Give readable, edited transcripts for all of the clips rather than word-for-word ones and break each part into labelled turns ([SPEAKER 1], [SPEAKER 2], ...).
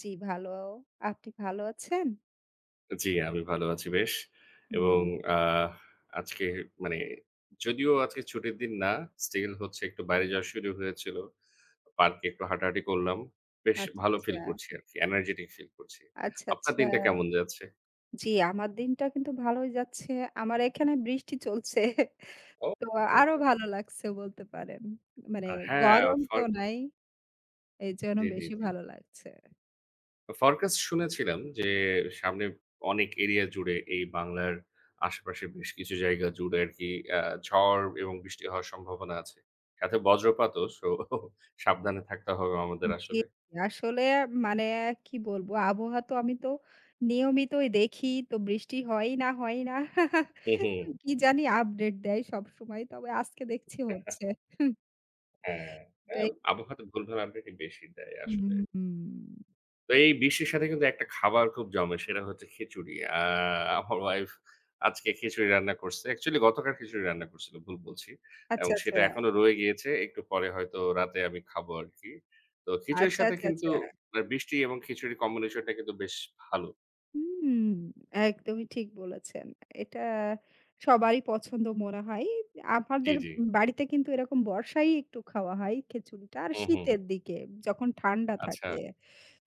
[SPEAKER 1] জি, ভালো। আপনি ভালো আছেন?
[SPEAKER 2] জি, আমি ভালো আছি বেশ।
[SPEAKER 1] হুম,
[SPEAKER 2] এবং আহ আজকে মানে যদিও আজকে ছুটির দিন না, স্টিল হচ্ছে একটু বাইরে যাওয়া শুরু হয়েছিল। পার্কে একটু হাঁটাহাঁটি করলাম। বেশ
[SPEAKER 1] আচ্ছা,
[SPEAKER 2] ভালো
[SPEAKER 1] আচ্ছা।
[SPEAKER 2] ফিল করছি আরকি। এনার্জেটিক ফিল করছি।
[SPEAKER 1] আচ্ছা,
[SPEAKER 2] আপনার
[SPEAKER 1] আচ্ছা।
[SPEAKER 2] দিনটা কেমন যাচ্ছে?
[SPEAKER 1] জি, আমার দিনটা কিন্তু ভালোই যাচ্ছে। আমার এখানে বৃষ্টি চলছে।
[SPEAKER 2] ও!
[SPEAKER 1] তো আরো ভালো লাগছে বলতে পারেন। মানে
[SPEAKER 2] আর হ্যাঁ,
[SPEAKER 1] গরম তো
[SPEAKER 2] ফর
[SPEAKER 1] নাই, এইজন্য
[SPEAKER 2] জি, জি,
[SPEAKER 1] বেশি
[SPEAKER 2] জি।
[SPEAKER 1] ভালো লাগছে।
[SPEAKER 2] ফরকাস্ট শুনেছিলাম যে সামনে অনেক এরিয়া জুড়ে এই বাংলার আশেপাশে বেশ কিছু জায়গা জুড়ে আরকি আ ঝড় এবং বৃষ্টি হওয়ার সম্ভাবনা আছে। সাথে বজ্রপাতও। সো সাবধানে থাকতে হবে আমাদের
[SPEAKER 1] জি,
[SPEAKER 2] আসলে।
[SPEAKER 1] আসলে মানে কি বলবো? আবহাওয়া তো আমি তো নিয়মিতই দেখি। তো বৃষ্টি হয় না।
[SPEAKER 2] হু, হু।
[SPEAKER 1] কি জানি আপডেট দেয় সবসময়। তবে আজকে দেখছি হচ্ছে।
[SPEAKER 2] হ্যাঁ, হ্যাঁ
[SPEAKER 1] এটাই
[SPEAKER 2] আবহাওয়া তো ভুল ভাল আপডেটই বেশি দেয় আসলে।
[SPEAKER 1] হুম।
[SPEAKER 2] তো এই বৃষ্টির সাথে কিন্তু একটা খাবার খুব জমে সেটা হচ্ছে খিচুড়ি। আমার ওয়াইফ আজকে খিচুড়ি রান্না করছে। অ্যাকচুয়ালি গতকাল খিচুড়ি রান্না করছিল, ভুল বলছি।
[SPEAKER 1] আচ্ছা,
[SPEAKER 2] এবং
[SPEAKER 1] আচ্ছা।
[SPEAKER 2] সেটা এখনো রয়ে গিয়েছে। একটু পরে হয়তো রাতে আমি খাবো আরকি। তো খিচুড়ির
[SPEAKER 1] আচ্ছা,
[SPEAKER 2] সাথে
[SPEAKER 1] আচ্ছা,
[SPEAKER 2] কিন্তু
[SPEAKER 1] আচ্ছা।
[SPEAKER 2] বৃষ্টি এবং খিচুড়ির কম্বিনেশনটা কিন্তু বেশ ভালো।
[SPEAKER 1] হুম, একদমই ঠিক বলেছেন। এটা সবারই পছন্দ মনে হয়।
[SPEAKER 2] জি,
[SPEAKER 1] আমাদের
[SPEAKER 2] জি।
[SPEAKER 1] বাড়িতে কিন্তু এরকম বর্ষায় একটু খাওয়া হয় খিচুড়িটা। আর
[SPEAKER 2] হুম, হুম।
[SPEAKER 1] শীতের দিকে যখন ঠান্ডা
[SPEAKER 2] আচ্ছা।
[SPEAKER 1] থাকে।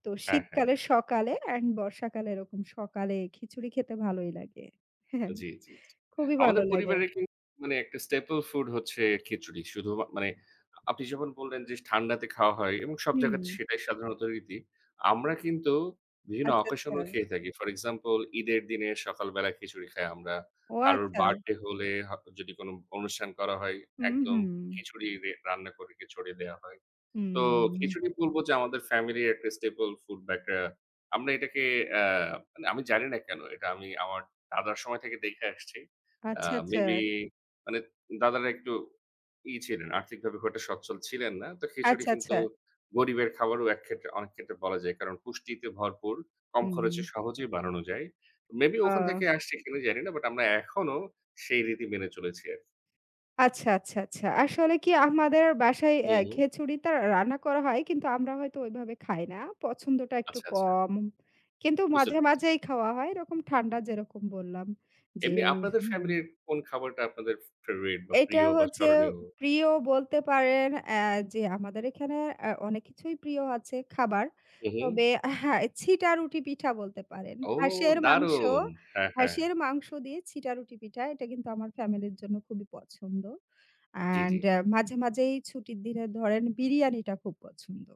[SPEAKER 1] তো
[SPEAKER 2] হ্যাঁ, হ্যাঁ।
[SPEAKER 1] শীতকালের সকালে এন্ড বর্ষাকালে এরকম সকালে খিচুড়ি খেতে ভালোই লাগে। হ্যাঁ,
[SPEAKER 2] জি, জি, জি।
[SPEAKER 1] খুবই ভালো
[SPEAKER 2] আমাদের
[SPEAKER 1] লাগে।
[SPEAKER 2] পরিবারের কিন্তু একটা staple food হচ্ছে খিচুড়ি। শুধু মা মানে আপনি যখন বললেন যে ঠান্ডাতে খাওয়া হয় এবং সব
[SPEAKER 1] হুম,
[SPEAKER 2] জায়গাতে সেটাই সাধারণত রীতি। আমরা কিন্তু বিভিন্ন
[SPEAKER 1] আচ্ছা,
[SPEAKER 2] occasion
[SPEAKER 1] আচ্ছা।
[SPEAKER 2] এও খেয়ে থাকি। ফর এক্সাম্পল ঈদের দিনে সকালবেলা খিচুড়ি খাই আমরা।
[SPEAKER 1] ও
[SPEAKER 2] কারোর
[SPEAKER 1] আচ্ছা।
[SPEAKER 2] বার্থডে হলে যদি কোনো অনুষ্ঠান করা হয়
[SPEAKER 1] হুম,
[SPEAKER 2] একদম
[SPEAKER 1] হুম,
[SPEAKER 2] খিচুড়ি রে রান্না করে ছড়িয়ে দেয়া হয়। তো
[SPEAKER 1] হুম।
[SPEAKER 2] খিচুড়ি বলব যে আমাদের ফ্যামিলির একটা স্টেপল ফুড বা একটা আমরা এটাকে আ মানে আমি জানি না কেন এটা আমি আমার দাদার সময় থেকে দেখে আসছি। আ
[SPEAKER 1] আচ্ছা, আচ্ছা।
[SPEAKER 2] মেবি মানে দাদারা একটু ছিলেন, আর্থিকভাবে খুব একটা সচ্ছল ছিলেন না। তো খিচুড়ি
[SPEAKER 1] আচ্ছা,
[SPEAKER 2] কিন্তু
[SPEAKER 1] আচ্ছা।
[SPEAKER 2] গরিবের খাবারও এক ক্ষেত্রে অনেক ক্ষেত্রে বলা যায়। কারণ পুষ্টিতে ভরপুর, কম
[SPEAKER 1] হুম।
[SPEAKER 2] খরচে সহজেই বানানো যায়। মেবি ওখান থেকে
[SPEAKER 1] ও।
[SPEAKER 2] আসছে কিনা জানি না। বাট আমরা এখনো সেই রীতি মেনে চলেছি আরকি।
[SPEAKER 1] আচ্ছা, আচ্ছা, আচ্ছা। আসলে কি আমাদের বাসায়
[SPEAKER 2] হুম।
[SPEAKER 1] খিচুড়িটা রান্না করা হয় কিন্তু আমরা হয়তো ওইভাবে খাই না। পছন্দটা একটু
[SPEAKER 2] আচ্ছা, আচ্ছা।
[SPEAKER 1] কম। কিন্তু
[SPEAKER 2] বুঝতে
[SPEAKER 1] মাঝে,
[SPEAKER 2] পেরেছি।
[SPEAKER 1] মাঝেই খাওয়া হয়। এরকম ঠান্ডা যেরকম বললাম যে
[SPEAKER 2] এমনি আপনাদের
[SPEAKER 1] হুম।
[SPEAKER 2] ফ্যামিলির কোন খাবারটা আপনাদের ফেভারিট বা
[SPEAKER 1] এইটা
[SPEAKER 2] প্রিয় বা
[SPEAKER 1] হচ্ছে
[SPEAKER 2] স্মরণীয়?
[SPEAKER 1] প্রিয় বলতে পারেন যে আমাদের এখানে অনেক কিছুই প্রিয় আছে খাবার।
[SPEAKER 2] হু, হু।
[SPEAKER 1] তবে হ্যাঁ, ছিটা রুটি পিঠা বলতে পারেন।
[SPEAKER 2] ও
[SPEAKER 1] হাঁসের মাংস
[SPEAKER 2] দারুণ! হ্যাঁ, হ্যাঁ।
[SPEAKER 1] হাঁসের মাংস দিয়ে ছিটা রুটি পিঠা এটা কিন্তু আমার ফ্যামিলির জন্য খুবই পছন্দ।
[SPEAKER 2] জি, জি।
[SPEAKER 1] অ্যান্ড মাঝে, মাঝেই ছুটির দিনে ধরেন বিরিয়ানিটা খুব পছন্দ।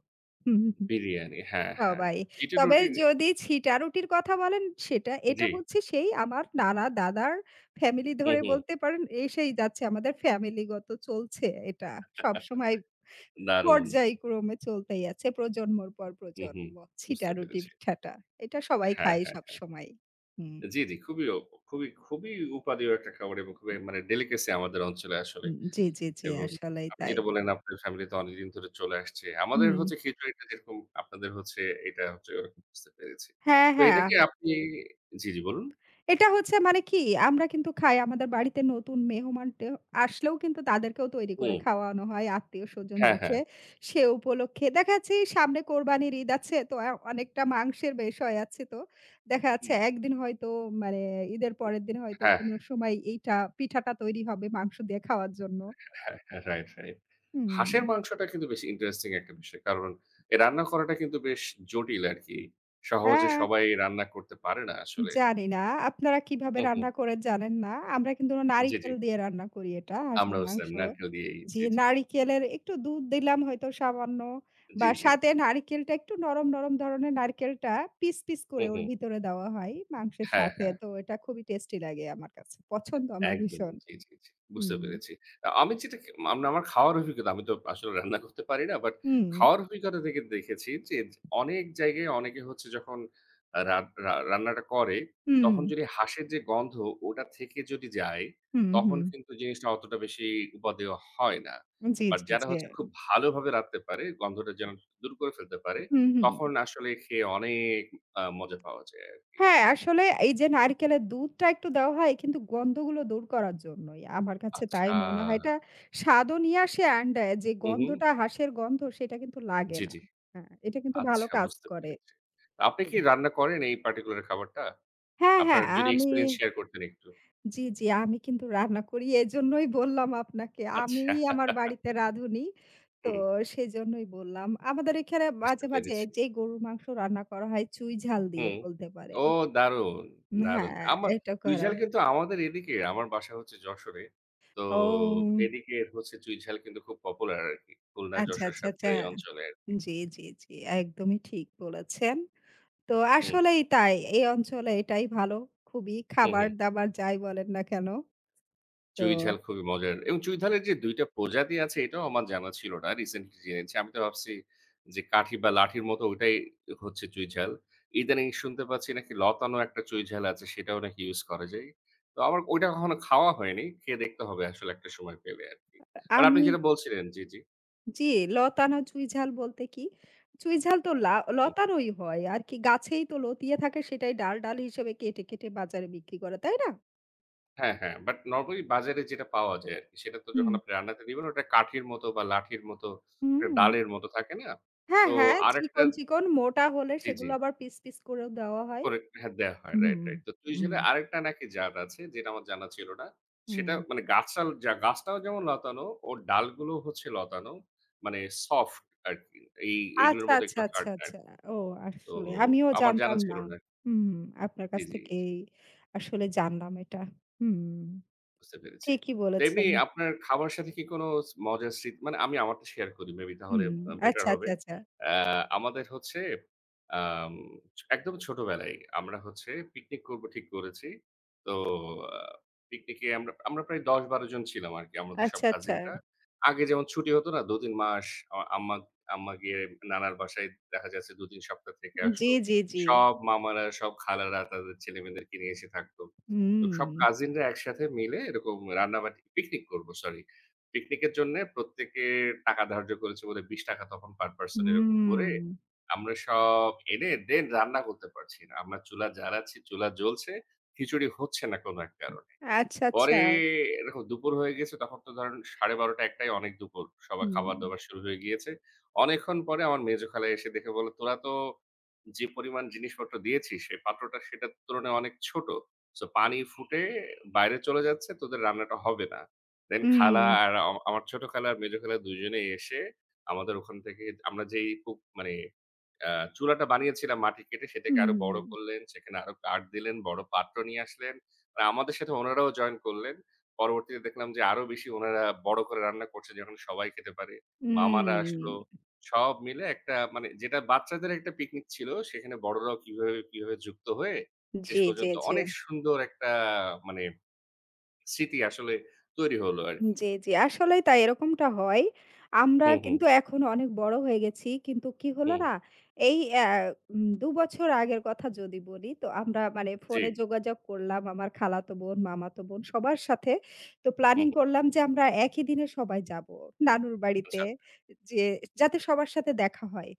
[SPEAKER 1] হুম
[SPEAKER 2] বিরিয়ানি। হ্যাঁ, হ্যাঁ।
[SPEAKER 1] সবাই।
[SPEAKER 2] চিটা
[SPEAKER 1] তবে
[SPEAKER 2] রুটির
[SPEAKER 1] যদি ছিটা-রুটির কথা বলেন সেটা এটা
[SPEAKER 2] জি।
[SPEAKER 1] হচ্ছে সেই আমার নানা দাদার ফ্যামিলি
[SPEAKER 2] হু,
[SPEAKER 1] ধরে
[SPEAKER 2] হু।
[SPEAKER 1] বলতে পারেন এসেই যাচ্ছে আমাদের ফ্যামিলিগত চলছে এটা। সবসময়
[SPEAKER 2] দারুণ।
[SPEAKER 1] পর্যায়ক্রমে চলতেই আছে প্রজন্মর পর
[SPEAKER 2] হু, হু।
[SPEAKER 1] প্রজন্ম।
[SPEAKER 2] বুঝতে
[SPEAKER 1] ছিটা-রুটি
[SPEAKER 2] পেরেছি।
[SPEAKER 1] পিঠাটা। এটা সবাই
[SPEAKER 2] হ্যাঁ,
[SPEAKER 1] খায়
[SPEAKER 2] হ্যাঁ।
[SPEAKER 1] সবসময়। হুম,
[SPEAKER 2] জি, জি। খুবই উপাদেয় একটা খাবার এবং খুবই মানে ডেলিকেসি আমাদের অঞ্চলে আসলে।
[SPEAKER 1] হুম, জি, জি, জি
[SPEAKER 2] এবং
[SPEAKER 1] আসলেই
[SPEAKER 2] আপনি
[SPEAKER 1] তাই।
[SPEAKER 2] যেটা বললেন আপনার ফ্যামিলিতে অনেকদিন ধরে চলে আসছে। আমাদের
[SPEAKER 1] হুম।
[SPEAKER 2] হচ্ছে খিচুড়িটা যেরকম আপনাদের হচ্ছে এটা হচ্ছে ওরকম বুঝতে পেরেছি।
[SPEAKER 1] হ্যাঁ,
[SPEAKER 2] তো এটা
[SPEAKER 1] হ্যাঁ।
[SPEAKER 2] কি আপনি জি, জি বলুন।
[SPEAKER 1] এটা হচ্ছে মানে কি, আমরা কিন্তু খাই আমাদের বাড়িতে নতুন মেহমান আসলেও কিন্তু তাদেরকেও তৈরি করে
[SPEAKER 2] হুম।
[SPEAKER 1] খাওয়ানো হয়। আত্মীয়স্বজন
[SPEAKER 2] হ্যাঁ,
[SPEAKER 1] আসে,
[SPEAKER 2] হ্যাঁ।
[SPEAKER 1] সে উপলক্ষে দেখা যাচ্ছে এই সামনে কোরবানির ঈদ আছে তো অনেকটা মাংসের বিষয় আছে তো। দেখা যাচ্ছে
[SPEAKER 2] হুম।
[SPEAKER 1] একদিন হয়তো মানে ঈদের পরের দিন হয়তো
[SPEAKER 2] হ্যাঁ,
[SPEAKER 1] কোন সময় এইটা পিঠাটা তৈরি হবে মাংস দিয়ে খাওয়ার জন্য।
[SPEAKER 2] হ্যাঁ, হ্যাঁ। Right, right.
[SPEAKER 1] হুম।
[SPEAKER 2] হাঁসের মাংসটা কিন্তু বেশ ইন্টারেস্টিং একটা বিষয়। কারণ এ রান্না করাটা কিন্তু বেশ জটিল আরকি। সহজে
[SPEAKER 1] হ্যাঁ,
[SPEAKER 2] সবাই রান্না করতে পারে না আসলে।
[SPEAKER 1] জানি না। আপনারা কিভাবে
[SPEAKER 2] হুম, হুম।
[SPEAKER 1] রান্না করেন জানেন না। আমরা কিন্তু
[SPEAKER 2] জি, জি।
[SPEAKER 1] নারিকেল দিয়ে রান্না করি এটা হাঁসের
[SPEAKER 2] আমরাও সেম
[SPEAKER 1] মাংস।
[SPEAKER 2] নারকেল দিয়েই।
[SPEAKER 1] জি,
[SPEAKER 2] জি, জি।
[SPEAKER 1] নারিকেলের একটু দুধ দিলাম হয়তো সামান্য
[SPEAKER 2] জি,
[SPEAKER 1] বা
[SPEAKER 2] জি।
[SPEAKER 1] সাথে নারিকেলটা একটু নরম, নরম ধরনের নারকেলটা পিস, পিস
[SPEAKER 2] হুম,
[SPEAKER 1] করে ওর
[SPEAKER 2] হুম।
[SPEAKER 1] ভিতরে দেওয়া হয় মাংসের
[SPEAKER 2] হ্যাঁ,
[SPEAKER 1] সাথে।
[SPEAKER 2] হ্যাঁ।
[SPEAKER 1] তো এটা খুবই টেস্টি লাগে আমার কাছে। পছন্দ আমার
[SPEAKER 2] একদম।
[SPEAKER 1] ভীষণ।
[SPEAKER 2] জি, জি, জি। বুঝতে
[SPEAKER 1] হুম,
[SPEAKER 2] পেরেছি। আমি যেটা খে আম আমার খাওয়ার অভিজ্ঞতা, আমি তো আসলে রান্না করতে পারি না। বাট
[SPEAKER 1] হুম,
[SPEAKER 2] খাওয়ার অভিজ্ঞতা থেকে দেখেছি যে অনেক জায়গায় অনেকে হচ্ছে যখন আ রা রা রান্নাটা করে,
[SPEAKER 1] হুম,
[SPEAKER 2] তখন যদি হাঁসের যে গন্ধ ওটা থেকে যদি যায়,
[SPEAKER 1] হুম,
[SPEAKER 2] তখন
[SPEAKER 1] হুম।
[SPEAKER 2] কিন্তু জিনিসটা অতটা বেশি উপাদেয় হয় না।
[SPEAKER 1] জি,
[SPEAKER 2] বাট
[SPEAKER 1] জি,
[SPEAKER 2] যারা
[SPEAKER 1] জি।
[SPEAKER 2] হচ্ছে খুব ভালোভাবে রাঁধতে পারে, গন্ধটা যেন দূর করে ফেলতে পারে,
[SPEAKER 1] হুম, হুম।
[SPEAKER 2] তখন আসলে খেয়ে অনেক মজা পাওয়া যায় আরকি।
[SPEAKER 1] হ্যাঁ, আসলে এই যে নারকেলের দুধটা একটু দেওয়া হয় কিন্তু গন্ধগুলো দূর করার জন্যই। আমার কাছে তাই
[SPEAKER 2] আচ্ছা।
[SPEAKER 1] মনে হয়। এটা স্বাদও নিয়ে আসে অ্যান্ড যে
[SPEAKER 2] হু, হু।
[SPEAKER 1] গন্ধটা হাঁসের গন্ধ সেটা কিন্তু লাগে
[SPEAKER 2] জি,
[SPEAKER 1] না।
[SPEAKER 2] জি।
[SPEAKER 1] হ্যাঁ, এটা কিন্তু ভালো
[SPEAKER 2] আচ্ছা
[SPEAKER 1] কাজ
[SPEAKER 2] বুঝতে
[SPEAKER 1] করে।
[SPEAKER 2] পেরেছি। আপনি কি রান্না করেন এই পার্টিকুলার খাবারটা?
[SPEAKER 1] হ্যাঁ,
[SPEAKER 2] আপনার
[SPEAKER 1] হ্যাঁ,
[SPEAKER 2] যদি
[SPEAKER 1] আমি
[SPEAKER 2] এক্সপেরিয়েন্স শেয়ার করতেন একটু।
[SPEAKER 1] জি, জি, আমি কিন্তু রান্না করি। এজন্যই বললাম আপনাকে। আমি
[SPEAKER 2] আচ্ছা।
[SPEAKER 1] আমার বাড়িতে রাঁধুনি। তো
[SPEAKER 2] হুম,
[SPEAKER 1] সেজন্যই বললাম। আমাদের এখানে
[SPEAKER 2] বুঝতে
[SPEAKER 1] মাঝে, মাঝে
[SPEAKER 2] পেরেছি।
[SPEAKER 1] যে গরুর মাংস রান্না করা হয় চুই ঝাল দিয়ে
[SPEAKER 2] হুম।
[SPEAKER 1] বলতে পারেন।
[SPEAKER 2] ও দারুণ, দারুণ!
[SPEAKER 1] হ্যাঁ,
[SPEAKER 2] আমার
[SPEAKER 1] এটা
[SPEAKER 2] চুই
[SPEAKER 1] করা।
[SPEAKER 2] ঝাল কিন্তু আমাদের এদিকে, আমার বাসা হচ্ছে যশোরে। তো
[SPEAKER 1] ও!
[SPEAKER 2] এদিকে হচ্ছে চুই ঝাল কিন্তু খুব পপুলার আরকি। খুলনা,
[SPEAKER 1] আচ্ছা,
[SPEAKER 2] যশোর,
[SPEAKER 1] আচ্ছা, আচ্ছা।
[SPEAKER 2] সাতক্ষীরা এই অঞ্চলে আরকি।
[SPEAKER 1] জি, জি, জি। একদমই ঠিক বলেছেন। তো
[SPEAKER 2] হুম,
[SPEAKER 1] আসলেই তাই। এই অঞ্চলে এটাই ভালো। খুবই
[SPEAKER 2] হু, হু।
[SPEAKER 1] খাবার-দাবার যাই বলেন না কেন। তো
[SPEAKER 2] চুইঝাল খুবই মজার এবং চুইঝালের যে ২ টা প্রজাতি আছে এটাও আমার জানা ছিল না। রিসেন্টলি জেনেছি। আমি তো ভাবছি যে কাঠি বা লাঠির মতো ওইটাই হচ্ছে চুইঝাল। ইদানিং শুনতে পাচ্ছি নাকি লতানো একটা চুইঝাল আছে সেটাও নাকি ইউজ করা যায়। তো আমার ওইটা কখনো খাওয়া হয়নি। খেয়ে দেখতে হবে আসলে একটা সময় পেলে আরকি। বাট আপনি
[SPEAKER 1] আমি
[SPEAKER 2] যেটা বলছিলেন জি, জি।
[SPEAKER 1] জি, লতানো চুইঝাল বলতে কি? চুইঝাল তো
[SPEAKER 2] হুম।
[SPEAKER 1] লতানোই হয়। আর কি গাছেই তো লতিয়ে থাকে সেটাই ডাল, ডাল হিসেবে কেটে, কেটে বাজারে বিক্রি করে। তাই না?
[SPEAKER 2] হ্যাঁ, হ্যাঁ। বাট নরমালি বাজারে যেটা পাওয়া যায় আরকি সেটা তো
[SPEAKER 1] হুম,
[SPEAKER 2] যখন আপনি রান্নাতে দিবেন ওটা কাঠির মতো বা লাঠির মতো একটা
[SPEAKER 1] হুম।
[SPEAKER 2] ডালের মতো থাকে না?
[SPEAKER 1] হ্যাঁ,
[SPEAKER 2] তো
[SPEAKER 1] হ্যাঁ।
[SPEAKER 2] আরেকটা
[SPEAKER 1] চিকন, চিকন মোটা হলে
[SPEAKER 2] জি, জি।
[SPEAKER 1] সেগুলো আবার পিস, পিস করেও দেওয়া হয়।
[SPEAKER 2] করে হ্যাঁ, দেয়া হয়।
[SPEAKER 1] হুম,
[SPEAKER 2] রাইট, রাইট। তো তুই
[SPEAKER 1] হুম,
[SPEAKER 2] ঝোলে আরেকটা নাকি জাত আছে যেটা আমার জানা ছিল না। সেটা
[SPEAKER 1] হুম।
[SPEAKER 2] মানে গাছটাল যা গাছটাও যেমন লতানো, ওর ডালগুলো হচ্ছে লতানো। মানে সফট আরকি। এই এগুলোর
[SPEAKER 1] আচ্ছা,
[SPEAKER 2] মতো
[SPEAKER 1] আচ্ছা,
[SPEAKER 2] একটু
[SPEAKER 1] আচ্ছা,
[SPEAKER 2] হার্ড না।
[SPEAKER 1] আচ্ছা। ও
[SPEAKER 2] তো
[SPEAKER 1] আসলে আমিও
[SPEAKER 2] আমার জানা
[SPEAKER 1] জানতাম না।
[SPEAKER 2] ছিল না।
[SPEAKER 1] হুম, আপনার কাছ
[SPEAKER 2] জি, জি।
[SPEAKER 1] থেকেই আসলে জানলাম এটা। হুম,
[SPEAKER 2] বুঝতে পেরেছি।
[SPEAKER 1] ঠিকই
[SPEAKER 2] এমনি
[SPEAKER 1] বলেছেন।
[SPEAKER 2] আপনার খাবার সাথে কি কোনো মজার স্মৃতি মানে আমি আমারটা শেয়ার করি মেবি তাহলে
[SPEAKER 1] হুম,
[SPEAKER 2] বেটার
[SPEAKER 1] আচ্ছা, আচ্ছা,
[SPEAKER 2] হবে।
[SPEAKER 1] আচ্ছা।
[SPEAKER 2] আমাদের হচ্ছে আম একদম ছোটবেলায় আমরা হচ্ছে পিকনিক করব ঠিক করেছি। তো আ পিকনিকে আমরা আমরা প্রায় ১০-১২ জন ছিলাম আরকি। আমরা তো সব
[SPEAKER 1] আচ্ছা, আচ্ছা।
[SPEAKER 2] কাজিনরা। আগে যেমন ছুটি হতো না ২-৩ মাস আমার আম্মা আম্মা গিয়ে নানার বাসায় দেখা যাচ্ছে ২-৩ সপ্তাহ থেকে
[SPEAKER 1] জি,
[SPEAKER 2] আসলো।
[SPEAKER 1] জি, জি।
[SPEAKER 2] সব মামারা, সব খালারা তাদের ছেলেমেয়েদেরকে নিয়ে এসে থাকতো। তো সব
[SPEAKER 1] হুম,
[SPEAKER 2] কাজিনরা একসাথে মিলে এরকম রান্নাবাটি পিকনিক করব সরি। পিকনিকের জন্যে প্রত্যেকে টাকা ধার্য করেছে বোধহয় ৳২০ টাকা তখন পার পারসন এরকম
[SPEAKER 1] হুম।
[SPEAKER 2] করে আমরা সব এনে দেন রান্না করতে পারছি না। আমরা চুলা জ্বালাচ্ছি, চুলা জ্বলছে, খিচুড়ি হচ্ছে না কোনো এক কারণে।
[SPEAKER 1] আচ্ছা, আচ্ছা।
[SPEAKER 2] পরে দেখো দুপুর হয়ে গেছে তখন তো ধরেন ১২:৩০ ১টাই অনেক দুপুর। সবার
[SPEAKER 1] হুম,
[SPEAKER 2] খাবার-দাবার শুরু হয়ে গিয়েছে। অনেকক্ষণ পরে আমার মেজো খালা এসে দেখে বলল, "তোরা তো যে পরিমাণ জিনিসপত্র দিয়েছিস সেই পাত্রটা সেটার তুলনায় অনেক ছোট। সো পানি ফুটে বাইরে চলে যাচ্ছে, তোদের রান্নাটা হবে না।" দেন খালা
[SPEAKER 1] হুম,
[SPEAKER 2] আর আমার ছোট খালা আর মেজো খালা দুজনেই এসে আমাদের ওখান থেকে আমরা যেই খুব মানে আ চুলাটা বানিয়েছিলাম মাটি কেটে সেটাকে আরো
[SPEAKER 1] হুম,
[SPEAKER 2] বড় করলেন। সেখানে আরো কাঠ দিলেন, বড় পাত্র নিয়ে আসলেন। আর আমাদের সাথে ওনারাও জয়েন করলেন। পরবর্তীতে দেখলাম যে আরো বেশি ওনারা বড় করে রান্না করছে যেখানে সবাই খেতে পারে। মামারা আসলো।
[SPEAKER 1] হুম।
[SPEAKER 2] সব মিলে একটা মানে যেটা বাচ্চাদের একটা পিকনিক ছিল সেখানে বড়রাও কিভাবে, কিভাবে যুক্ত হয়ে শেষ
[SPEAKER 1] জি, জি,
[SPEAKER 2] পর্যন্ত
[SPEAKER 1] জি।
[SPEAKER 2] অনেক সুন্দর একটা মানে স্মৃতি আসলে তৈরি হলো আরকি।
[SPEAKER 1] জি, জি। আসলেই তাই এরকমটা হয়। আমরা
[SPEAKER 2] হুম, হুম,
[SPEAKER 1] কিন্তু এখন অনেক বড় হয়ে গেছি। কিন্তু কি হলো
[SPEAKER 2] হুম।
[SPEAKER 1] না? এই অ্যা উম ২ বছর আগের কথা যদি বলি, তো আমরা মানে
[SPEAKER 2] জি।
[SPEAKER 1] ফোনে যোগাযোগ করলাম আমার খালাতো বোন, মামাতো বোন সবার সাথে। তো
[SPEAKER 2] হুম,
[SPEAKER 1] প্ল্যানিং
[SPEAKER 2] হুম।
[SPEAKER 1] করলাম যে আমরা একই দিনে সবাই যাবো নানুর বাড়িতে।
[SPEAKER 2] আচ্ছা, আচ্ছা।
[SPEAKER 1] যে যাতে সবার সাথে দেখা হয়।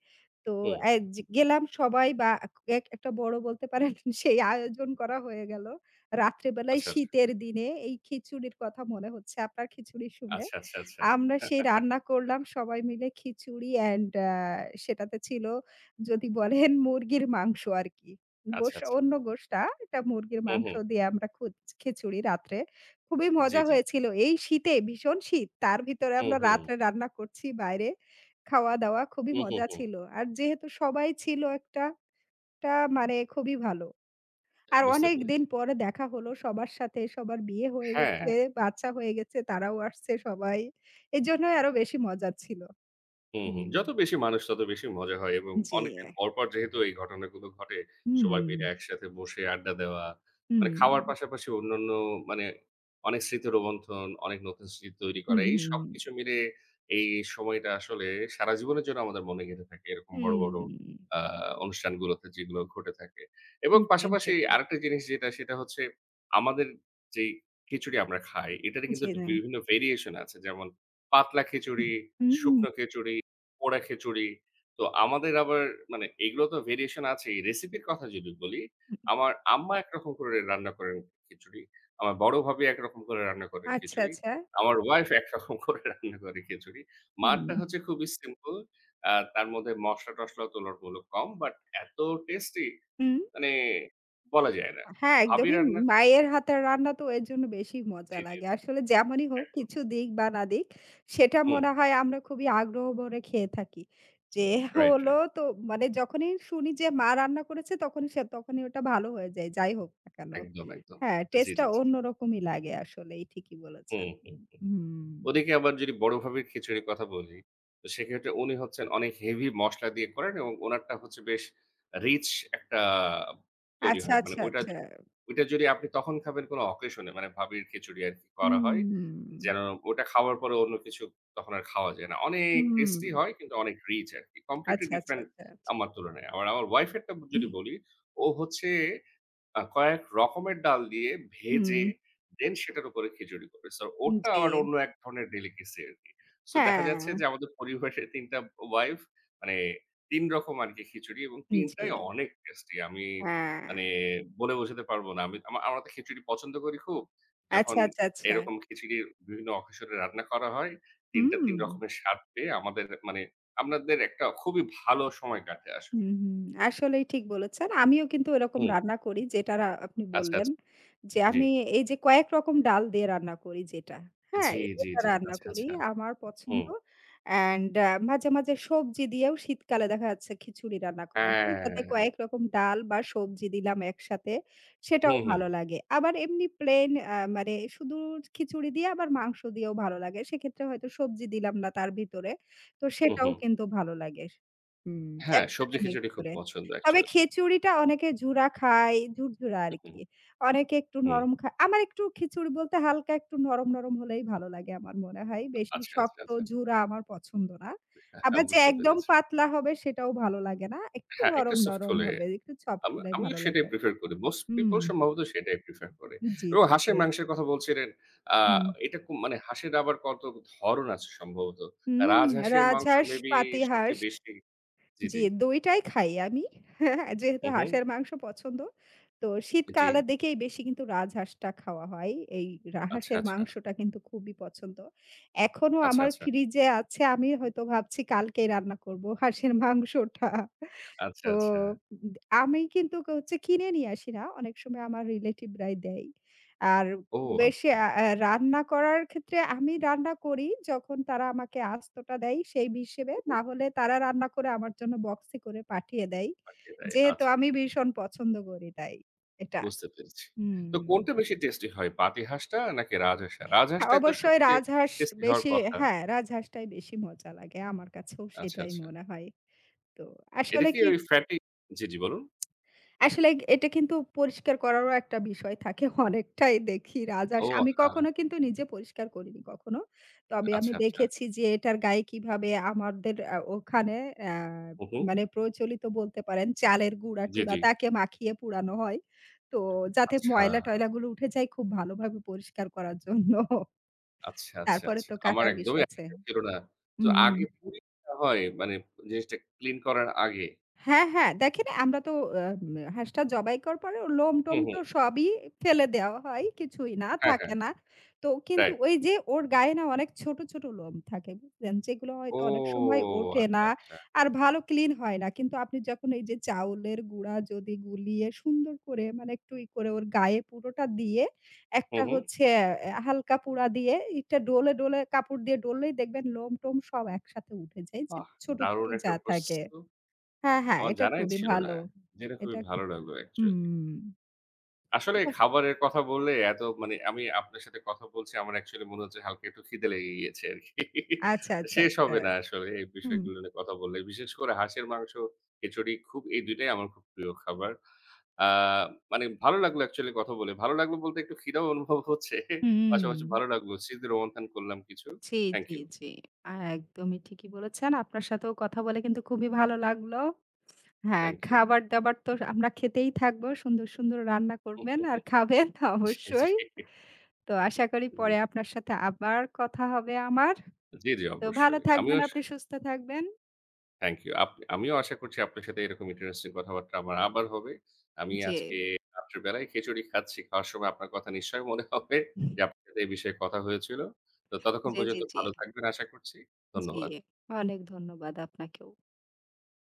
[SPEAKER 1] তো
[SPEAKER 2] হুম।
[SPEAKER 1] যে গেলাম সবাই বা এক একটা বড় বলতে পারেন সেই আয়োজন করা হয়ে গেল। রাত্রেবেলায়
[SPEAKER 2] আচ্ছা, আচ্ছা।
[SPEAKER 1] শীতের দিনে এই খিচুড়ির কথা মনে হচ্ছে আপনার খিচুড়ি শুনে।
[SPEAKER 2] আচ্ছা, আচ্ছা, আচ্ছা।
[SPEAKER 1] আমরা সেই রান্না করলাম সবাই মিলে খিচুড়ি অ্যান্ড সেটাতে ছিল যদি বলেন মুরগির মাংস আরকি।
[SPEAKER 2] আচ্ছা,
[SPEAKER 1] গোশ
[SPEAKER 2] আচ্ছা।
[SPEAKER 1] অন্য গোশ না, এটা মুরগির
[SPEAKER 2] হুম,
[SPEAKER 1] মাংস
[SPEAKER 2] হুম।
[SPEAKER 1] দিয়ে আমরা খিচুড়ি রাত্রে। খুবই
[SPEAKER 2] জি,
[SPEAKER 1] মজা
[SPEAKER 2] জি।
[SPEAKER 1] হয়েছিল। এই শীতে ভীষণ শীত। তার ভিতরে
[SPEAKER 2] হুম,
[SPEAKER 1] আমরা
[SPEAKER 2] হুম।
[SPEAKER 1] রাত্রে রান্না করছি বাইরে। খাওয়া-দাওয়া খুবই
[SPEAKER 2] হুম, হুম,
[SPEAKER 1] মজা
[SPEAKER 2] হুম।
[SPEAKER 1] ছিল। আর যেহেতু সবাই ছিল একটা মানে খুবই ভালো। আর
[SPEAKER 2] বুঝতে পেরেছি।
[SPEAKER 1] অনেকদিন পরে দেখা হলো সবার সাথে। সবার বিয়ে হয়ে
[SPEAKER 2] হ্যাঁ।
[SPEAKER 1] গেছে, বাচ্চা হয়ে গেছে, তারাও আসছে সবাই। এজন্যই আরো বেশি মজার ছিল।
[SPEAKER 2] হুম, হুম।
[SPEAKER 1] হুম।
[SPEAKER 2] যত বেশি মানুষ তত বেশি মজা হয় এবং
[SPEAKER 1] জি।
[SPEAKER 2] অনেকদিন পর, পর যেহেতু এই ঘটনাগুলো ঘটে, সবাই
[SPEAKER 1] হুম,
[SPEAKER 2] মিলে একসাথে বসে আড্ডা দেওয়া। মানে
[SPEAKER 1] হুম,
[SPEAKER 2] খাওয়ার পাশাপাশি অন্যান্য মানে অনেক স্মৃতি রোমন্থন, অনেক নতুন স্মৃতি তৈরি করা।
[SPEAKER 1] হুম,
[SPEAKER 2] এই
[SPEAKER 1] হুম,
[SPEAKER 2] সবকিছু মিলে এই সময়টা আসলে সারা জীবনের জন্য আমাদের মনে গেঁথে থাকে এরকম বড়, বড়
[SPEAKER 1] হুম।
[SPEAKER 2] আ অনুষ্ঠানগুলোতে যেগুলো ঘটে থাকে।
[SPEAKER 1] জি,
[SPEAKER 2] এবং
[SPEAKER 1] জি, জি।
[SPEAKER 2] পাশাপাশি আরেকটা জিনিস যেটা সেটা হচ্ছে আমাদের যেই খিচুড়ি আমরা খাই, এটারই কিন্তু
[SPEAKER 1] জি, না।
[SPEAKER 2] বিভিন্ন ভেরিয়েশন আছে। যেমন পাতলা
[SPEAKER 1] হুম,
[SPEAKER 2] খিচুড়ি,
[SPEAKER 1] হুম, হুম।
[SPEAKER 2] শুকনো খিচুড়ি, পোড়া খিচুড়ি। তো আমাদের আবার মানে এগুলো তো ভেরিয়েশন আছেই। রেসিপির কথা যদি বলি, আমার আম্মা একরকম করে রান্না করেন খিচুড়ি। আমার বড় ভাবি একরকম করে রান্না করেন
[SPEAKER 1] আচ্ছা,
[SPEAKER 2] খিচুড়ি।
[SPEAKER 1] আচ্ছা।
[SPEAKER 2] আমার ওয়াইফ একরকম করে রান্না করে খিচুড়ি।
[SPEAKER 1] হুম,
[SPEAKER 2] মারটা হচ্ছে খুবই সিম্পল। তার মধ্যে মসলা-টসলাও তুলনামূলক কম। বাট এত টেস্টি
[SPEAKER 1] হুম।
[SPEAKER 2] মানে বলা যায় না।
[SPEAKER 1] হ্যাঁ,
[SPEAKER 2] ভাবি
[SPEAKER 1] একদমই
[SPEAKER 2] রান্না
[SPEAKER 1] মায়ের হাতের রান্না তো এর জন্য বেশি মজা
[SPEAKER 2] জি, জি,
[SPEAKER 1] লাগে।
[SPEAKER 2] জি।
[SPEAKER 1] আসলে যেমনই হোক
[SPEAKER 2] একদম।
[SPEAKER 1] কিছু দিক বা না দিক সেটা
[SPEAKER 2] হুম।
[SPEAKER 1] মনে হয় আমরা খুবই আগ্রহ ভরে খেয়ে থাকি। যে
[SPEAKER 2] রাইট,
[SPEAKER 1] হলো
[SPEAKER 2] রাইট।
[SPEAKER 1] তো মানে যখনই শুনি যে মা রান্না করেছে তখনই ওটা ভালো হয়ে যায়। যাই হোক না কেন।
[SPEAKER 2] একদম, একদম।
[SPEAKER 1] হ্যাঁ,
[SPEAKER 2] জি,
[SPEAKER 1] টেস্টটা
[SPEAKER 2] জি, জি।
[SPEAKER 1] অন্যরকমই লাগে আসলেই ঠিকই বলেছেন।
[SPEAKER 2] হুম, হুম, হুম।
[SPEAKER 1] হুম।
[SPEAKER 2] ওদিকে আবার যদি বড় ভাবির খিচুড়ির কথা বলি, তো সেক্ষেত্রে উনি হচ্ছেন অনেক হেভি মসলা দিয়ে করেন এবং উনারটা হচ্ছে বেশ রিচ একটা তৈরি
[SPEAKER 1] আচ্ছা,
[SPEAKER 2] হয়। মানে
[SPEAKER 1] আচ্ছা,
[SPEAKER 2] ওইটা য
[SPEAKER 1] আচ্ছা।
[SPEAKER 2] ওইটা যদি আপনি তখন খাবেন কোনো অকেশনে মানে ভাবির খিচুড়ি আরকি করা হয়।
[SPEAKER 1] হুম,
[SPEAKER 2] যেন ওটা খাওয়ার পরে অন্য কিছু তখন আর খাওয়া যায় না। অনেক
[SPEAKER 1] হুম।
[SPEAKER 2] টেস্টি হয় কিন্তু অনেক রিচ আরকি। কমপ্লিটলি
[SPEAKER 1] আচ্ছা, আচ্ছা,
[SPEAKER 2] ডিফারেন্ট
[SPEAKER 1] আচ্ছা, আচ্ছা।
[SPEAKER 2] আমার তুলনায়। আবার আমার ওয়াইফ এরটা যদি বলি, ও হচ্ছে কয়েক রকমের ডাল দিয়ে
[SPEAKER 1] হুম,
[SPEAKER 2] ভেজে দেন সেটার উপরে খিচুড়ি করে। সো ওটা
[SPEAKER 1] জি।
[SPEAKER 2] আবার অন্য এক ধরনের ডেলিকেসি আরকি। সো দেখা যাচ্ছে যে
[SPEAKER 1] হ্যাঁ,
[SPEAKER 2] আমাদের পরিবারে ৩ টা ওয়াইফ মানে ৩ রকম আরকি খিচুড়ি এবং ৩
[SPEAKER 1] জি,
[SPEAKER 2] টাই অনেক টেস্টি। আমি
[SPEAKER 1] হ্যাঁ।
[SPEAKER 2] মানে বলে বোঝাতে পারব না। আমি আমা আমরা তো খিচুড়ি পছন্দ করি খুব।
[SPEAKER 1] আচ্ছা,
[SPEAKER 2] যখন
[SPEAKER 1] আচ্ছা, আচ্ছা।
[SPEAKER 2] এরকম খিচুড়ির বিভিন্ন অকেশনে রান্না করা হয়, ৩ টা
[SPEAKER 1] হুম।
[SPEAKER 2] ৩ রকমের স্বাদ পেয়ে আমাদের আমাদের একটা খুবই ভালো সময় কাটে আসলে।
[SPEAKER 1] হুম, হুম। আসলেই ঠিক বলেছেন। আমিও কিন্তু এরকম
[SPEAKER 2] হুম।
[SPEAKER 1] রান্না করি যেটা আপনি
[SPEAKER 2] আচ্ছা,
[SPEAKER 1] বললেন।
[SPEAKER 2] আচ্ছা।
[SPEAKER 1] যে
[SPEAKER 2] জি।
[SPEAKER 1] আমি এই যে কয়েক রকম ডাল দিয়ে রান্না করি যেটা। হ্যাঁ,
[SPEAKER 2] জি, জি,
[SPEAKER 1] এটা
[SPEAKER 2] জি।
[SPEAKER 1] রান্না
[SPEAKER 2] আচ্ছা,
[SPEAKER 1] করি।
[SPEAKER 2] আচ্ছা।
[SPEAKER 1] আমার পছন্দ।
[SPEAKER 2] হুম,
[SPEAKER 1] অ্যান্ড মাঝে, মাঝে সবজি দিয়েও শীতকালে দেখা যাচ্ছে খিচুড়ি রান্না করা হয়। তাতে কয়েক
[SPEAKER 2] হ্যাঁ।
[SPEAKER 1] রকম ডাল বা সবজি দিলাম একসাথে। সেটাও
[SPEAKER 2] হুম, হুম,
[SPEAKER 1] ভালো লাগে। আবার এমনি প্লেন মানে শুধু খিচুড়ি দিয়ে আবার মাংস দিয়েও ভালো লাগে। সেক্ষেত্রে হয়তো সবজি দিলাম না তার ভিতরে। তো
[SPEAKER 2] হুম,
[SPEAKER 1] সেটাও
[SPEAKER 2] হুম।
[SPEAKER 1] কিন্তু ভালো লাগে। হুম,
[SPEAKER 2] হ্যাঁ,
[SPEAKER 1] একসাথে
[SPEAKER 2] সবজি
[SPEAKER 1] মিক্স
[SPEAKER 2] খিচুড়ি খুব
[SPEAKER 1] করে।
[SPEAKER 2] পছন্দ
[SPEAKER 1] তবে
[SPEAKER 2] অ্যাকচুয়ালি।
[SPEAKER 1] খিচুড়িটা অনেকে ঝুরা খায়, ঝুরঝুরা
[SPEAKER 2] হুম,
[SPEAKER 1] আরকি। অনেকে একটু
[SPEAKER 2] হুম।
[SPEAKER 1] নরম খায়। আমার একটু খিচুড়ি বলতে হালকা একটু নরম, নরম হলেই ভালো লাগে আমার মনে হয়। বেশি
[SPEAKER 2] আচ্ছা, আচ্ছা,
[SPEAKER 1] শক্ত
[SPEAKER 2] আচ্ছা।
[SPEAKER 1] ঝুরা আমার পছন্দ না।
[SPEAKER 2] হ্যাঁ, হ্যাঁ,
[SPEAKER 1] আবার যে
[SPEAKER 2] বুঝতে
[SPEAKER 1] একদম
[SPEAKER 2] পেরেছি।
[SPEAKER 1] পাতলা হবে সেটাও ভালো লাগে না। একটু
[SPEAKER 2] হ্যাঁ, একটু
[SPEAKER 1] নরম,
[SPEAKER 2] সফট
[SPEAKER 1] নরম
[SPEAKER 2] হলে
[SPEAKER 1] হবে। একটু সফট হলেই
[SPEAKER 2] আমিও
[SPEAKER 1] ভালো
[SPEAKER 2] সেটাই
[SPEAKER 1] লাগে।
[SPEAKER 2] প্রেফার করি। মোস্ট
[SPEAKER 1] হুম,
[SPEAKER 2] পিপল সম্ভবত সেটাই প্রেফার করে।
[SPEAKER 1] জি, জি,
[SPEAKER 2] এবং
[SPEAKER 1] জি।
[SPEAKER 2] হাঁসের মাংসের কথা বলছিলেন। আ
[SPEAKER 1] হুম,
[SPEAKER 2] এটা কু মানে হাঁসের আবার কত ধরন আছে সম্ভবত।
[SPEAKER 1] হুম,
[SPEAKER 2] রাজহাঁসের মাংস
[SPEAKER 1] রাজহাঁস,
[SPEAKER 2] মেবি
[SPEAKER 1] পাতিহাঁস।
[SPEAKER 2] সবচেয়ে বেশি জি,
[SPEAKER 1] জি,
[SPEAKER 2] জি।
[SPEAKER 1] দইটাই খাই আমি। যেহেতু
[SPEAKER 2] হু, হু।
[SPEAKER 1] হাঁসের মাংস পছন্দ। তো
[SPEAKER 2] জি।
[SPEAKER 1] শীতকালের দিকেই বেশি কিন্তু রাজহাঁসটা খাওয়া হয়। এই
[SPEAKER 2] আচ্ছা,
[SPEAKER 1] হাঁসের
[SPEAKER 2] আচ্ছা।
[SPEAKER 1] মাংসটা কিন্তু খুবই পছন্দ। এখনো
[SPEAKER 2] আচ্ছা,
[SPEAKER 1] আমার
[SPEAKER 2] আচ্ছা।
[SPEAKER 1] ফ্রিজে আছে। আমি হয়তো ভাবছি কালকেই রান্না করব হাঁসের মাংসটা।
[SPEAKER 2] আচ্ছা,
[SPEAKER 1] তো
[SPEAKER 2] আচ্ছা।
[SPEAKER 1] আমি কিন্তু হচ্ছে কিনে নিয়ে আসি না। অনেক সময় আমার রিলেটিভ রাই দেয়। আর
[SPEAKER 2] ও
[SPEAKER 1] খুব বেশি
[SPEAKER 2] আচ্ছা।
[SPEAKER 1] আ আ রান্না করার ক্ষেত্রে আমি রান্না করি যখন তারা আমাকে আস্তটা দেয় সেই হিসেবে।
[SPEAKER 2] ও,
[SPEAKER 1] না হলে তারা রান্না করে আমার জন্য বক্সে করে পাঠিয়ে দেয়।
[SPEAKER 2] পাঠিয়ে দেয়।
[SPEAKER 1] যেহেতু
[SPEAKER 2] আচ্ছা।
[SPEAKER 1] আমি ভীষণ পছন্দ করি তাই এটা।
[SPEAKER 2] বুঝতে পেরেছি।
[SPEAKER 1] হুম।
[SPEAKER 2] তো কোনটা বেশি টেস্টি হয়? পাতিহাঁসটা নাকি রাজহাঁসটা?
[SPEAKER 1] হ্যাঁ,
[SPEAKER 2] রাজহাঁসটাই তো
[SPEAKER 1] অবশ্যই
[SPEAKER 2] সবচেয়ে
[SPEAKER 1] রাজহাঁস
[SPEAKER 2] টেস্টি হওয়ার
[SPEAKER 1] বেশি
[SPEAKER 2] কথা।
[SPEAKER 1] হ্যাঁ, রাজহাঁসটাই বেশি মজা লাগে। আমার কাছেও
[SPEAKER 2] আচ্ছা,
[SPEAKER 1] সেটাই
[SPEAKER 2] আচ্ছা।
[SPEAKER 1] মনে হয়। তো
[SPEAKER 2] এটা
[SPEAKER 1] আসলে
[SPEAKER 2] কি
[SPEAKER 1] কি
[SPEAKER 2] ওই ফ্যাটি জি, জি বলুন।
[SPEAKER 1] আসলে এটা কিন্তু পরিষ্কার করারও একটা বিষয় থাকে। অনেকটাই দেখি রাজহাঁস
[SPEAKER 2] ও
[SPEAKER 1] আমি
[SPEAKER 2] হ্যাঁ,
[SPEAKER 1] কখনো কিন্তু নিজে পরিষ্কার করিনি কখনো। তবে আমি
[SPEAKER 2] আচ্ছা, আচ্ছা।
[SPEAKER 1] দেখেছি যে এটার গায়ে কিভাবে আমাদের ওখানে আ
[SPEAKER 2] হু, হু।
[SPEAKER 1] মানে প্রচলিত বলতে পারেন চালের
[SPEAKER 2] জি,
[SPEAKER 1] গুঁড়া-টুড়া
[SPEAKER 2] জি।
[SPEAKER 1] তাকে মাখিয়ে পুড়ানো হয়। তো যাতে
[SPEAKER 2] আচ্ছা,
[SPEAKER 1] ময়লা-টয়লাগুলো উঠে যায় খুব ভালোভাবে পরিষ্কার করার জন্য।
[SPEAKER 2] আচ্ছা, আচ্ছা,
[SPEAKER 1] তারপরে
[SPEAKER 2] আচ্ছা।
[SPEAKER 1] তো
[SPEAKER 2] আমার
[SPEAKER 1] কাটার বিষ
[SPEAKER 2] একদমই
[SPEAKER 1] আছে।
[SPEAKER 2] আইডিয়া ছিল না। তো
[SPEAKER 1] হুম।
[SPEAKER 2] আগে পুড়িয়ে দেয়া হয় জিনিসটা ক্লিন করার আগে।
[SPEAKER 1] হ্যাঁ, হ্যাঁ। দেখেন আমরা তো আ হাঁসটা জবাই করার পরে ওর লোম-টোম
[SPEAKER 2] হুম,
[SPEAKER 1] তো
[SPEAKER 2] হুম।
[SPEAKER 1] সবই ফেলে দেওয়া হয়। কিছুই না,
[SPEAKER 2] হ্যাঁ, হ্যাঁ।
[SPEAKER 1] থাকে না। তো কিন্তু
[SPEAKER 2] রাইট।
[SPEAKER 1] ওই যে ওর গায়ে না অনেক ছোট, ছোট লোম থাকে, বুঝলেন? যেগুলো
[SPEAKER 2] ও
[SPEAKER 1] হয়তো অনেক সময় ওঠে
[SPEAKER 2] আচ্ছা,
[SPEAKER 1] না।
[SPEAKER 2] আচ্ছা।
[SPEAKER 1] আর ভালো ক্লিন হয় না। কিন্তু আপনি যখন এই যে চাউলের গুঁড়া যদি গুলিয়ে সুন্দর করে মানে একটু ই করে ওর গায়ে পুরোটা দিয়ে
[SPEAKER 2] হু,
[SPEAKER 1] একটা
[SPEAKER 2] হু।
[SPEAKER 1] হচ্ছে এ হালকা পুড়া দিয়ে এটা ডলে, ডলে কাপড় দিয়ে ডললেই দেখবেন লোম-টোম সব একসাথে উঠে যায়। যে
[SPEAKER 2] বাহ!
[SPEAKER 1] ছোট, ছোট
[SPEAKER 2] দারুণ
[SPEAKER 1] যা
[SPEAKER 2] একটা প্রসেস
[SPEAKER 1] থাকে।
[SPEAKER 2] তো।
[SPEAKER 1] হ্যাঁ, হ্যাঁ,
[SPEAKER 2] আমার
[SPEAKER 1] এটা
[SPEAKER 2] জানাই
[SPEAKER 1] খুবই
[SPEAKER 2] ছিল না।
[SPEAKER 1] ভালো।
[SPEAKER 2] জেনে
[SPEAKER 1] এটা
[SPEAKER 2] খুবই ভালো লাগলো অ্যাকচুয়ালি।
[SPEAKER 1] হুম।
[SPEAKER 2] আসলে
[SPEAKER 1] এটা
[SPEAKER 2] খাবারের কথা বললে এত আমি আপনার সাথে কথা বলছি আমার অ্যাকচুয়ালি মনে হচ্ছে হালকা একটু খিদে লেগে গিয়েছে আরকি।
[SPEAKER 1] আচ্ছা, আচ্ছা,
[SPEAKER 2] শেষ
[SPEAKER 1] আচ্ছা।
[SPEAKER 2] হবে না আসলে এই
[SPEAKER 1] হুম।
[SPEAKER 2] বিষয়গুলো নিয়ে কথা বললে। বিশেষ করে হাঁসের মাংস, খিচুড়ি খুব এই ২ টাই আমার খুব প্রিয় খাবার। আ মানে ভালো লাগলো অ্যাকচুয়ালি কথা বলে। ভালো লাগলো বলতে একটু খিদেও অনুভব হচ্ছে।
[SPEAKER 1] হুম।
[SPEAKER 2] পাশাপাশি ভালো লাগলো। স্মৃতি রোমন্থান করলাম কিছু।
[SPEAKER 1] জি,
[SPEAKER 2] থ্যাংক
[SPEAKER 1] জি,
[SPEAKER 2] ইউ,
[SPEAKER 1] জি। একদমই ঠিকই বলেছেন। আপনার সাথেও কথা বলে কিন্তু খুবই ভালো লাগলো। হ্যাঁ,
[SPEAKER 2] থ্যাংক ইউ।
[SPEAKER 1] খাবার-দাবার তো আমরা খেতেই থাকবো। সুন্দর, সুন্দর রান্না করবেন আর খাবেন
[SPEAKER 2] জি,
[SPEAKER 1] অবশ্যই।
[SPEAKER 2] জি,
[SPEAKER 1] তো আশা করি পরে আপনার সাথে আবার কথা হবে আমার।
[SPEAKER 2] জি, জি
[SPEAKER 1] তো ভালো
[SPEAKER 2] অবশ্যই।
[SPEAKER 1] থাকবেন,
[SPEAKER 2] আমিও
[SPEAKER 1] আপনি সুস্থ থাকবেন।
[SPEAKER 2] Thank you. আমিও আশা করছি আপনার সাথে এরকম ইন্টারেস্টিং কথাবার্তা আমার আবার হবে। আমি
[SPEAKER 1] জি।
[SPEAKER 2] আজকে রাত্রের বেলায় খিচুড়ি খাচ্ছি। খাওয়ার সময় আপনার কথা নিশ্চয়ই মনে হবে যে আপনার সাথে এই বিষয়ে কথা হয়েছিল। তো ততক্ষণ
[SPEAKER 1] জি, জি,
[SPEAKER 2] পর্যন্ত
[SPEAKER 1] জি।
[SPEAKER 2] ভালো থাকবেন আশা করছি।
[SPEAKER 1] জি।
[SPEAKER 2] ধন্যবাদ।
[SPEAKER 1] অনেক ধন্যবাদ আপনাকেও।